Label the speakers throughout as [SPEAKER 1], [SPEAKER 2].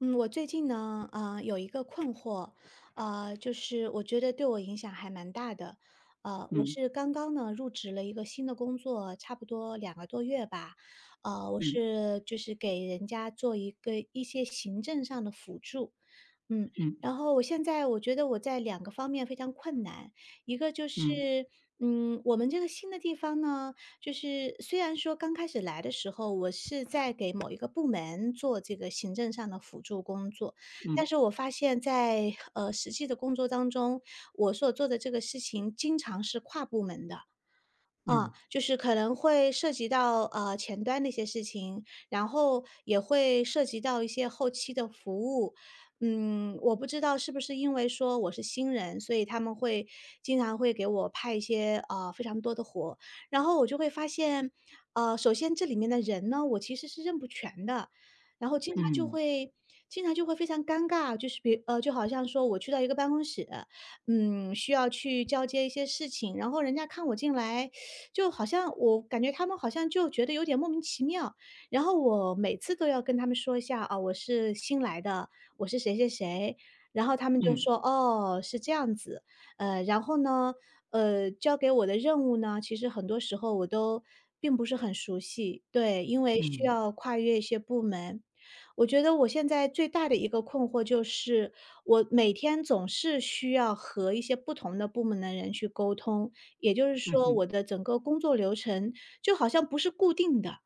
[SPEAKER 1] 嗯，我最近呢，啊，有一个困惑，啊，就是我觉得对我影响还蛮大的。啊，我
[SPEAKER 2] 嗯，
[SPEAKER 1] 是刚刚呢入职了一个新的工作，差不多两个多月吧。啊，我
[SPEAKER 2] 嗯，
[SPEAKER 1] 是就是给人家做一些行政上的辅助，嗯，
[SPEAKER 2] 嗯，
[SPEAKER 1] 然后我现在我觉得我在两个方面非常困难，一个就是，
[SPEAKER 2] 嗯，
[SPEAKER 1] 我们这个新的地方呢，就是虽然说刚开始来的时候，我是在给某一个部门做这个行政上的辅助工作，
[SPEAKER 2] 嗯，
[SPEAKER 1] 但是我发现在，实际的工作当中，我所做的这个事情经常是跨部门的。
[SPEAKER 2] 嗯，
[SPEAKER 1] 就是可能会涉及到前端的一些事情，然后也会涉及到一些后期的服务。我不知道是不是因为说我是新人，所以他们会经常会给我派一些非常多的活，然后我就会发现，首先这里面的人呢，我其实是认不全的，然后
[SPEAKER 2] 嗯，
[SPEAKER 1] 经常就会非常尴尬，就是就好像说我去到一个办公室，需要去交接一些事情，然后人家看我进来。就好像我感觉他们好像就觉得有点莫名其妙。然后我每次都要跟他们说一下啊，我是新来的，我是谁谁谁。然后他们就
[SPEAKER 2] 嗯，
[SPEAKER 1] 说哦，是这样子，然后呢，交给我的任务呢，其实很多时候我都并不是很熟悉，对，因为需
[SPEAKER 2] 嗯，
[SPEAKER 1] 要跨越一些部门。我觉得我现在最大的一个困惑就是，我每天总是需要和一些不同的部门的人去沟通，也就是
[SPEAKER 2] 嗯，
[SPEAKER 1] 说
[SPEAKER 2] 嗯，
[SPEAKER 1] 我的整个工作流程就好像不是固定的。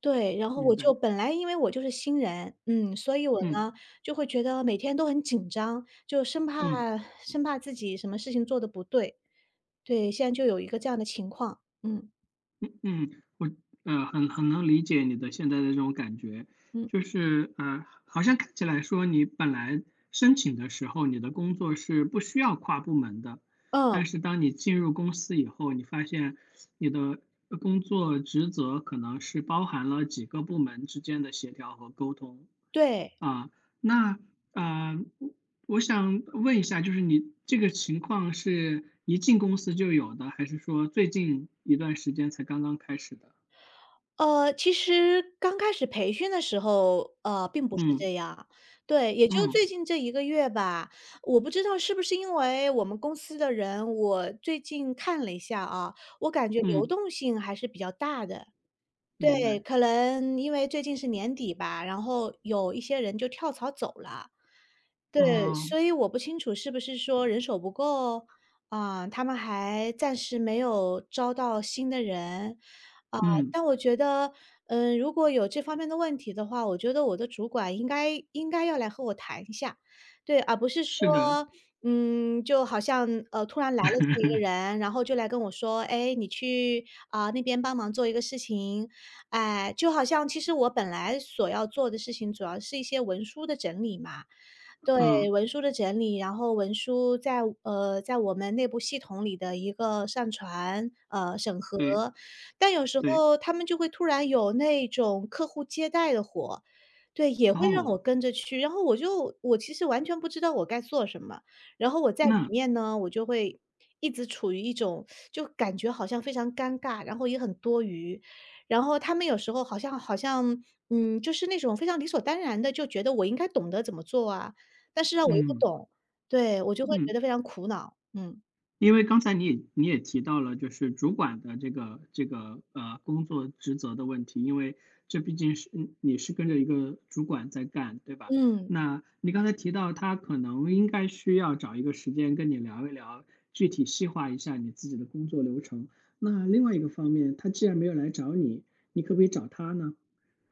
[SPEAKER 1] 对，然后
[SPEAKER 2] 明
[SPEAKER 1] 我就
[SPEAKER 2] 白。
[SPEAKER 1] 本来因为我就是新人，所以我
[SPEAKER 2] 嗯，
[SPEAKER 1] 呢，就会觉得每天都很紧张，就
[SPEAKER 2] 嗯，
[SPEAKER 1] 生怕自己什么事情做的不对。对，现在就有一个这样的情况，嗯。
[SPEAKER 2] 嗯，嗯，我很能理解你的现在的这种感觉，
[SPEAKER 1] 嗯。
[SPEAKER 2] 就是好像看起来说你本来申请的时候，你的工作是不需要跨部门的，
[SPEAKER 1] 嗯，
[SPEAKER 2] 但是当你进入公司以后，你发现你的工作职责可能是包含了几个部门之间的协调和沟通。
[SPEAKER 1] 对。
[SPEAKER 2] 啊，那啊，我想问一下，就是你这个情况是一进公司就有的，还是说最近一段时间才刚刚开始的？
[SPEAKER 1] 其实刚开始培训的时候，并不是
[SPEAKER 2] 嗯，
[SPEAKER 1] 这样。对，也就
[SPEAKER 2] 嗯，
[SPEAKER 1] 最近这一个月吧，我不知道是不是因为我们公司的人，我最近看了一下啊，我感觉流
[SPEAKER 2] 嗯，
[SPEAKER 1] 动性还是比较大的。
[SPEAKER 2] 明
[SPEAKER 1] 对，
[SPEAKER 2] 白。
[SPEAKER 1] 可能因为最近是年底吧，然后有一些人就跳槽走了。对，
[SPEAKER 2] 哦，
[SPEAKER 1] 所以我不清楚是不是说人手不够，啊、他们还暂时没有招到新的人，啊、
[SPEAKER 2] 嗯，
[SPEAKER 1] 但我觉得，如果有这方面的问题的话，我觉得我的主管应该要来和我谈一下，对，而不是说，
[SPEAKER 2] 是的。
[SPEAKER 1] 就好像突然来了这么一个 人，然后就来跟我说，哎，你去啊、那边帮忙做一个事情，哎，就好像其实我本来所要做的事情，主要是一些文书的整理嘛。对，
[SPEAKER 2] 嗯，
[SPEAKER 1] 文书的整理，然后文书在我们内部系统里的一个上传、审核，
[SPEAKER 2] 对，
[SPEAKER 1] 但有时
[SPEAKER 2] 对。
[SPEAKER 1] 候他们就会突然有那种客户接待的活，对，也会让
[SPEAKER 2] 哦，
[SPEAKER 1] 我跟着去，然后我其实完全不知道我该做什么，然后我在里
[SPEAKER 2] 那
[SPEAKER 1] 面呢，我就会一直处于一种就感觉好像非常尴尬，然后也很多余，然后他们有时候好像，就是那种非常理所当然的，就觉得我应该懂得怎么做啊，但是呢，我又不
[SPEAKER 2] 嗯，
[SPEAKER 1] 懂，对，我就会觉
[SPEAKER 2] 嗯。
[SPEAKER 1] 得非常苦恼，嗯。
[SPEAKER 2] 因为刚才你也提到了，就是主管的这个工作职责的问题，因为这毕竟是你是跟着一个主管在干，对吧？
[SPEAKER 1] 嗯，
[SPEAKER 2] 那你刚才提到他可能应该需要找一个时间跟你聊一聊，具体细化一下你自己的工作流程。那另外一个方面，他既然没有来找你，你可不可以找他呢？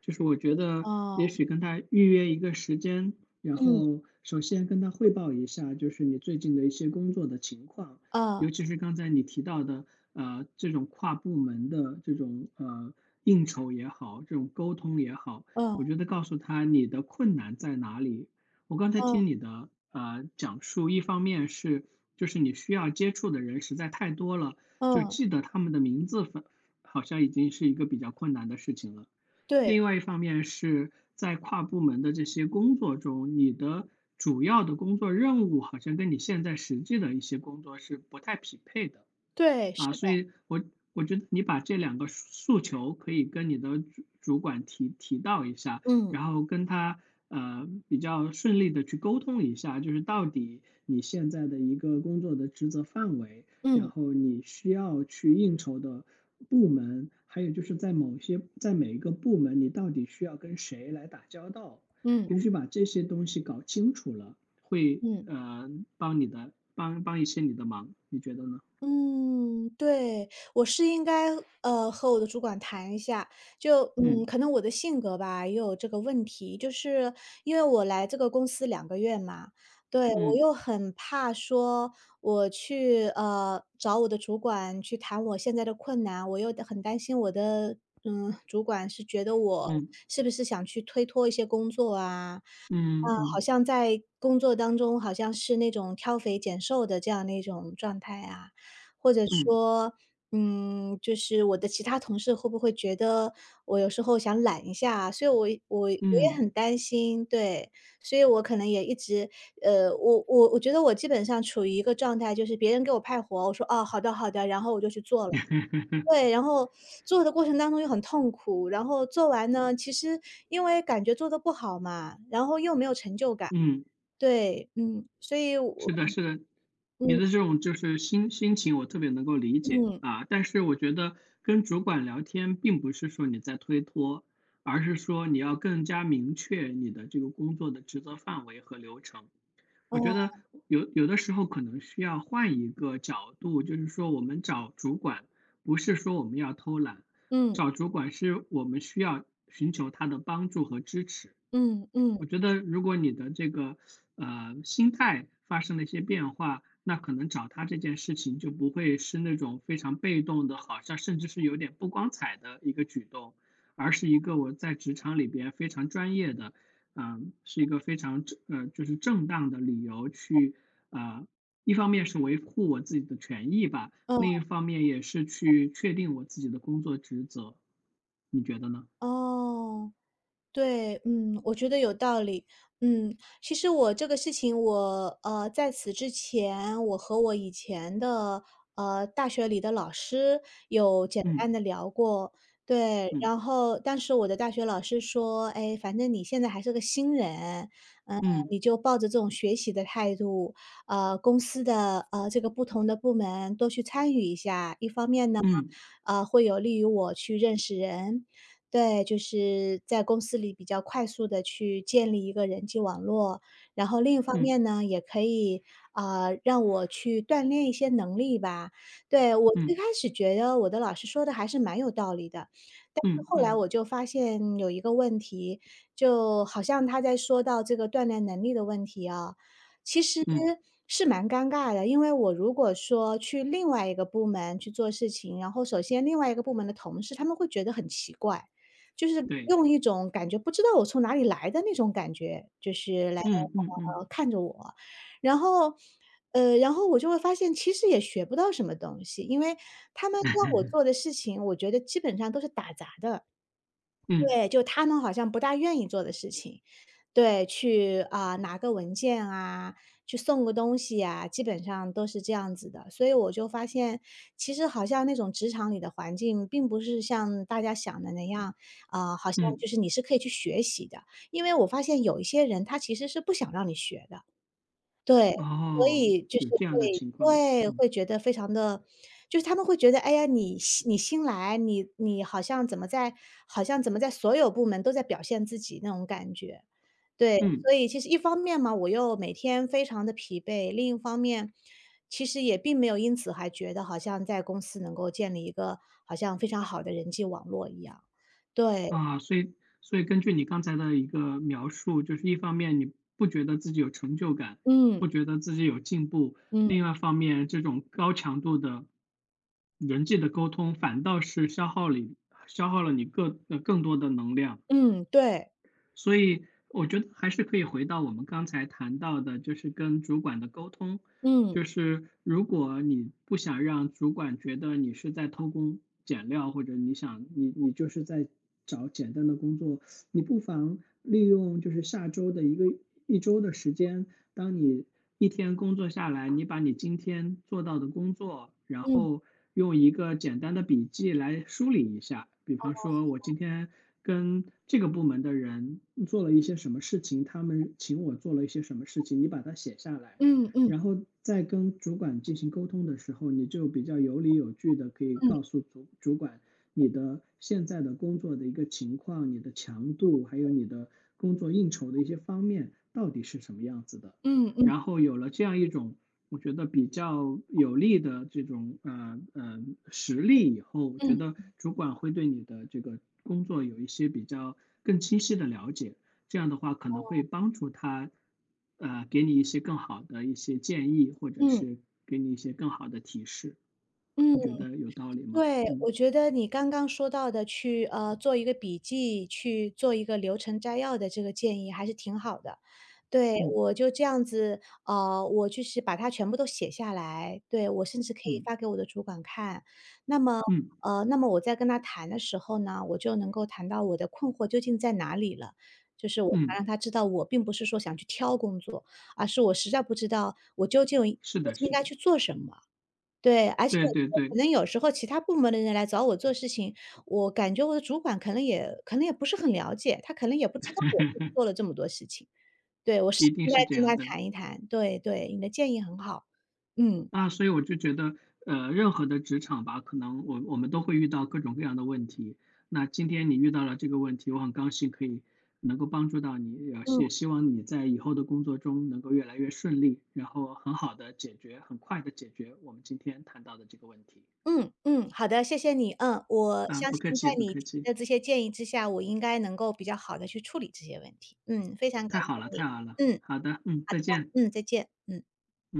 [SPEAKER 2] 就是我觉得
[SPEAKER 1] 哦，
[SPEAKER 2] 也许跟他预约一个时间，然
[SPEAKER 1] 嗯，
[SPEAKER 2] 后首先跟他汇报一下，就是你最近的一些工作的情况，
[SPEAKER 1] 啊，
[SPEAKER 2] 尤其是刚才你提到的，这种跨部门的这种应酬也好，这种沟通也好，
[SPEAKER 1] 嗯，
[SPEAKER 2] 我觉得告诉他你的困难在哪里。我刚才
[SPEAKER 1] 嗯，
[SPEAKER 2] 听你的讲述，一方面是就是你需要接触的人实在太多了，就
[SPEAKER 1] 嗯，
[SPEAKER 2] 记得他们的名字反好像已经是一个比较困难的事情了。
[SPEAKER 1] 对，
[SPEAKER 2] 另外一方面是在跨部门的这些工作中，你的主要的工作任务好像跟你现在实际的一些工作是不太匹配的。
[SPEAKER 1] 对，是
[SPEAKER 2] 啊，所
[SPEAKER 1] 的，
[SPEAKER 2] 以我觉得你把这两个诉求可以跟你的主管提到一下，
[SPEAKER 1] 嗯，
[SPEAKER 2] 然后跟他比较顺利的去沟通一下，就是到底你现在的一个工作的职责范围，然
[SPEAKER 1] 嗯，
[SPEAKER 2] 后你需要去应酬的部门，还有就是在某些在每一个部门，你到底需要跟谁来打交道，
[SPEAKER 1] 嗯，
[SPEAKER 2] 也许把这些东西搞清楚了，会
[SPEAKER 1] 嗯。
[SPEAKER 2] 帮一些你的忙，你觉得呢？
[SPEAKER 1] 嗯，对，我是应该，和我的主管谈一下。就，
[SPEAKER 2] 嗯。
[SPEAKER 1] 可能我的性格吧，也有这个问题，就是因为我来这个公司两个月嘛，对，我
[SPEAKER 2] 嗯，
[SPEAKER 1] 又很怕说我去，找我的主管去谈我现在的困难，我又很担心我的，主管是觉得我
[SPEAKER 2] 嗯，
[SPEAKER 1] 是不是想去推脱一些工作啊，
[SPEAKER 2] 嗯，
[SPEAKER 1] 好
[SPEAKER 2] 嗯，
[SPEAKER 1] 像在工作当中，好像是那种挑肥拣瘦的这样的一种状态啊？或者
[SPEAKER 2] 嗯，
[SPEAKER 1] 说，就是我的其他同事会不会觉得我有时候想懒一下啊，所以我也
[SPEAKER 2] 嗯，
[SPEAKER 1] 很担心，对，所以我可能也一直，我觉得我基本上处于一个状态，就是别人给我派活，我说哦，好的好的，然后我就去做了。对，然后做的过程当中又很痛苦，然后做完呢，其实因为感觉做的不好嘛，然后又没有成就感。
[SPEAKER 2] 嗯，
[SPEAKER 1] 对，嗯，所以我
[SPEAKER 2] 是的，是的，你
[SPEAKER 1] 嗯
[SPEAKER 2] 的这种就是心情，我特别能够理解
[SPEAKER 1] 嗯，嗯
[SPEAKER 2] 啊。但是我觉得跟主管聊天，并不是说你在推脱，而是说你要更加明确你的这个工作的职责范围和流程。
[SPEAKER 1] 哦，
[SPEAKER 2] 我觉得有的时候可能需要换一个角度，就是说我们找主管，不是说我们要偷懒，
[SPEAKER 1] 嗯，
[SPEAKER 2] 找主管是我们需要寻求他的帮助和支持。
[SPEAKER 1] 嗯嗯，
[SPEAKER 2] 我觉得如果你的这个，心态发生了一些变化，那可能找他这件事情就不会是那种非常被动的，好像甚至是有点不光彩的一个举动，而是一个我在职场里边非常专业的，嗯，是一个非常就是正当的理由去，呃，一方面是维护我自己的权益吧，
[SPEAKER 1] 嗯，
[SPEAKER 2] 另一方面也是去确定我自己的工作职责。你觉得呢？
[SPEAKER 1] 哦。对，我觉得有道理。其实我这个事情在此之前，我和我以前的大学里的老师有简
[SPEAKER 2] 嗯，
[SPEAKER 1] 单的聊过，对。
[SPEAKER 2] 嗯，
[SPEAKER 1] 然后当时我的大学老师说，哎，反正你现在还是个新人，嗯，
[SPEAKER 2] 嗯，
[SPEAKER 1] 你就抱着这种学习的态度，公司的这个不同的部门多去参与一下，一方面呢，
[SPEAKER 2] 嗯，
[SPEAKER 1] 会有利于我去认识人。对，就是在公司里比较快速的去建立一个人际网络，然后另一方
[SPEAKER 2] 嗯。
[SPEAKER 1] 面呢，也可以，啊，让我去锻炼一些能力吧。对，我最开
[SPEAKER 2] 嗯，
[SPEAKER 1] 始觉得我的老师说的还是蛮有道理的，但是
[SPEAKER 2] 嗯，
[SPEAKER 1] 后来
[SPEAKER 2] 嗯，
[SPEAKER 1] 我就发现有一个问题，就好像他在说到这个锻炼能力的问题啊，其实
[SPEAKER 2] 嗯，
[SPEAKER 1] 是蛮尴尬的。因为我如果说去另外一个部门去做事情，然后首先另外一个部门的同事，他们会觉得很奇怪。就是
[SPEAKER 2] 对，
[SPEAKER 1] 用一种感觉不知道我从哪里来的那种感觉，就是来，
[SPEAKER 2] 嗯，嗯，嗯
[SPEAKER 1] 看着我。然后，然后我就会发现其实也学不到什么东西，因为他们让我做的 事情，我觉得基本上都是打杂的。
[SPEAKER 2] 嗯，
[SPEAKER 1] 对，就他们好像不大愿意做的事情。对，去，啊，拿个文件啊，去送个东西啊，基本上都是这样子的。所以我就发现，其实好像那种职场里的环境并不是像大家想的那样，啊，好像
[SPEAKER 2] 嗯，
[SPEAKER 1] 就是你是可以去学习的。因为我发现有一些人他其实是不想让你学的，对，所
[SPEAKER 2] 哦，
[SPEAKER 1] 以就是
[SPEAKER 2] 有这样的
[SPEAKER 1] 会
[SPEAKER 2] 情况，
[SPEAKER 1] 对，
[SPEAKER 2] 嗯，
[SPEAKER 1] 会觉得非常的，就是他们会觉得，哎呀，你新来，你好像怎么在所有部门都在表现自己那种感觉。对，
[SPEAKER 2] 嗯
[SPEAKER 1] 所以其实一方面嘛，我又每天非常的疲惫，另一方面，其实也并没有因此还觉得好像在公司能够建立一个好像非常好的人际网络一样。对，
[SPEAKER 2] 啊，所以根据你刚才的一个描述，就是一方面你不觉得自己有成就感，
[SPEAKER 1] 嗯，
[SPEAKER 2] 不觉得自己有进步，
[SPEAKER 1] 嗯，
[SPEAKER 2] 另外一方面这种高强度的人际的沟通，反倒是消耗了你更多的能量，
[SPEAKER 1] 嗯，对，
[SPEAKER 2] 所以我觉得还是可以回到我们刚才谈到的，就是跟主管的沟通。
[SPEAKER 1] 嗯，
[SPEAKER 2] 就是如果你不想让主管觉得你是在偷工减料，或者你想你就是在找简单的工作，你不妨利用就是下周的一个一周的时间，当你一天工作下来，你把你今天做到的工作，然
[SPEAKER 1] 嗯，
[SPEAKER 2] 后用一个简单的笔记来梳理一下。比方说，我今天跟这个部门的人做了一些什么事情，他们请我做了一些什么事情，你把它写下来，
[SPEAKER 1] 嗯，嗯，
[SPEAKER 2] 然后在跟主管进行沟通的时候，你就比较有理有据的可以
[SPEAKER 1] 嗯，
[SPEAKER 2] 告诉主管你的现在的工作的一个情况、你的强度，还有你的工作应酬的一些方面到底是什么样子的。
[SPEAKER 1] 嗯，嗯，
[SPEAKER 2] 然后有了这样一种我觉得比较有利的这种实力以后，我觉
[SPEAKER 1] 嗯，
[SPEAKER 2] 得主管会对你的这个工作有一些比较更清晰的了解。这样的话可能会帮助他，给你一些更好的一些建议，或者
[SPEAKER 1] 嗯，
[SPEAKER 2] 是给你一些更好的提示。你
[SPEAKER 1] 嗯。
[SPEAKER 2] 觉得有道理吗？
[SPEAKER 1] 对，
[SPEAKER 2] 嗯，
[SPEAKER 1] 我觉得你刚刚说到的去做一个笔记，去做一个流程摘要的这个建议还是挺好的。对，
[SPEAKER 2] 嗯。
[SPEAKER 1] 我就这样子，我就是把它全部都写下来，对，我甚至可以
[SPEAKER 2] 嗯，
[SPEAKER 1] 发给我的主管看。那么，
[SPEAKER 2] 嗯，
[SPEAKER 1] 那么我在跟他谈的时候呢，我就能够谈到我的困惑究竟在哪里了。就是我想
[SPEAKER 2] 嗯，
[SPEAKER 1] 让他知道，我并不是说想去挑工作，而是我实在不知道我
[SPEAKER 2] 是
[SPEAKER 1] 究
[SPEAKER 2] 的，
[SPEAKER 1] 竟应
[SPEAKER 2] 是
[SPEAKER 1] 该
[SPEAKER 2] 的，
[SPEAKER 1] 去做什么。对，而且
[SPEAKER 2] 对，
[SPEAKER 1] 我觉
[SPEAKER 2] 对，
[SPEAKER 1] 得可
[SPEAKER 2] 对，
[SPEAKER 1] 能有时候其他部门的人来找我做事情，我感觉我的主管可能也不是很了解，他可能也不知道我做了 这么多事情。对，我是
[SPEAKER 2] 一定
[SPEAKER 1] 应该
[SPEAKER 2] 是这
[SPEAKER 1] 跟
[SPEAKER 2] 样
[SPEAKER 1] 他
[SPEAKER 2] 的。
[SPEAKER 1] 谈一谈，对对，你的建议很好。嗯，
[SPEAKER 2] 啊，所以我就觉得，任何的职场吧，可能我们都会遇到各种各样的问题。那今天你遇到了这个问题，我很高兴可以能够帮助到你，也
[SPEAKER 1] 嗯，
[SPEAKER 2] 也希望你在以后的工作中能够越来越顺利，然后很好的解决，很快的解决我们今天谈到的这个问题。
[SPEAKER 1] 嗯，嗯，好的，谢谢你，嗯，我
[SPEAKER 2] 啊，
[SPEAKER 1] 相
[SPEAKER 2] 不客
[SPEAKER 1] 信在
[SPEAKER 2] 气，不
[SPEAKER 1] 你
[SPEAKER 2] 客
[SPEAKER 1] 提
[SPEAKER 2] 气，
[SPEAKER 1] 的这些建议之下，我应该能够比较好的去处理这些问题。嗯，非常感
[SPEAKER 2] 太好了，太好了。
[SPEAKER 1] 谢你，嗯，
[SPEAKER 2] 好的，嗯，再见，
[SPEAKER 1] 嗯，再见，嗯。
[SPEAKER 2] 嗯。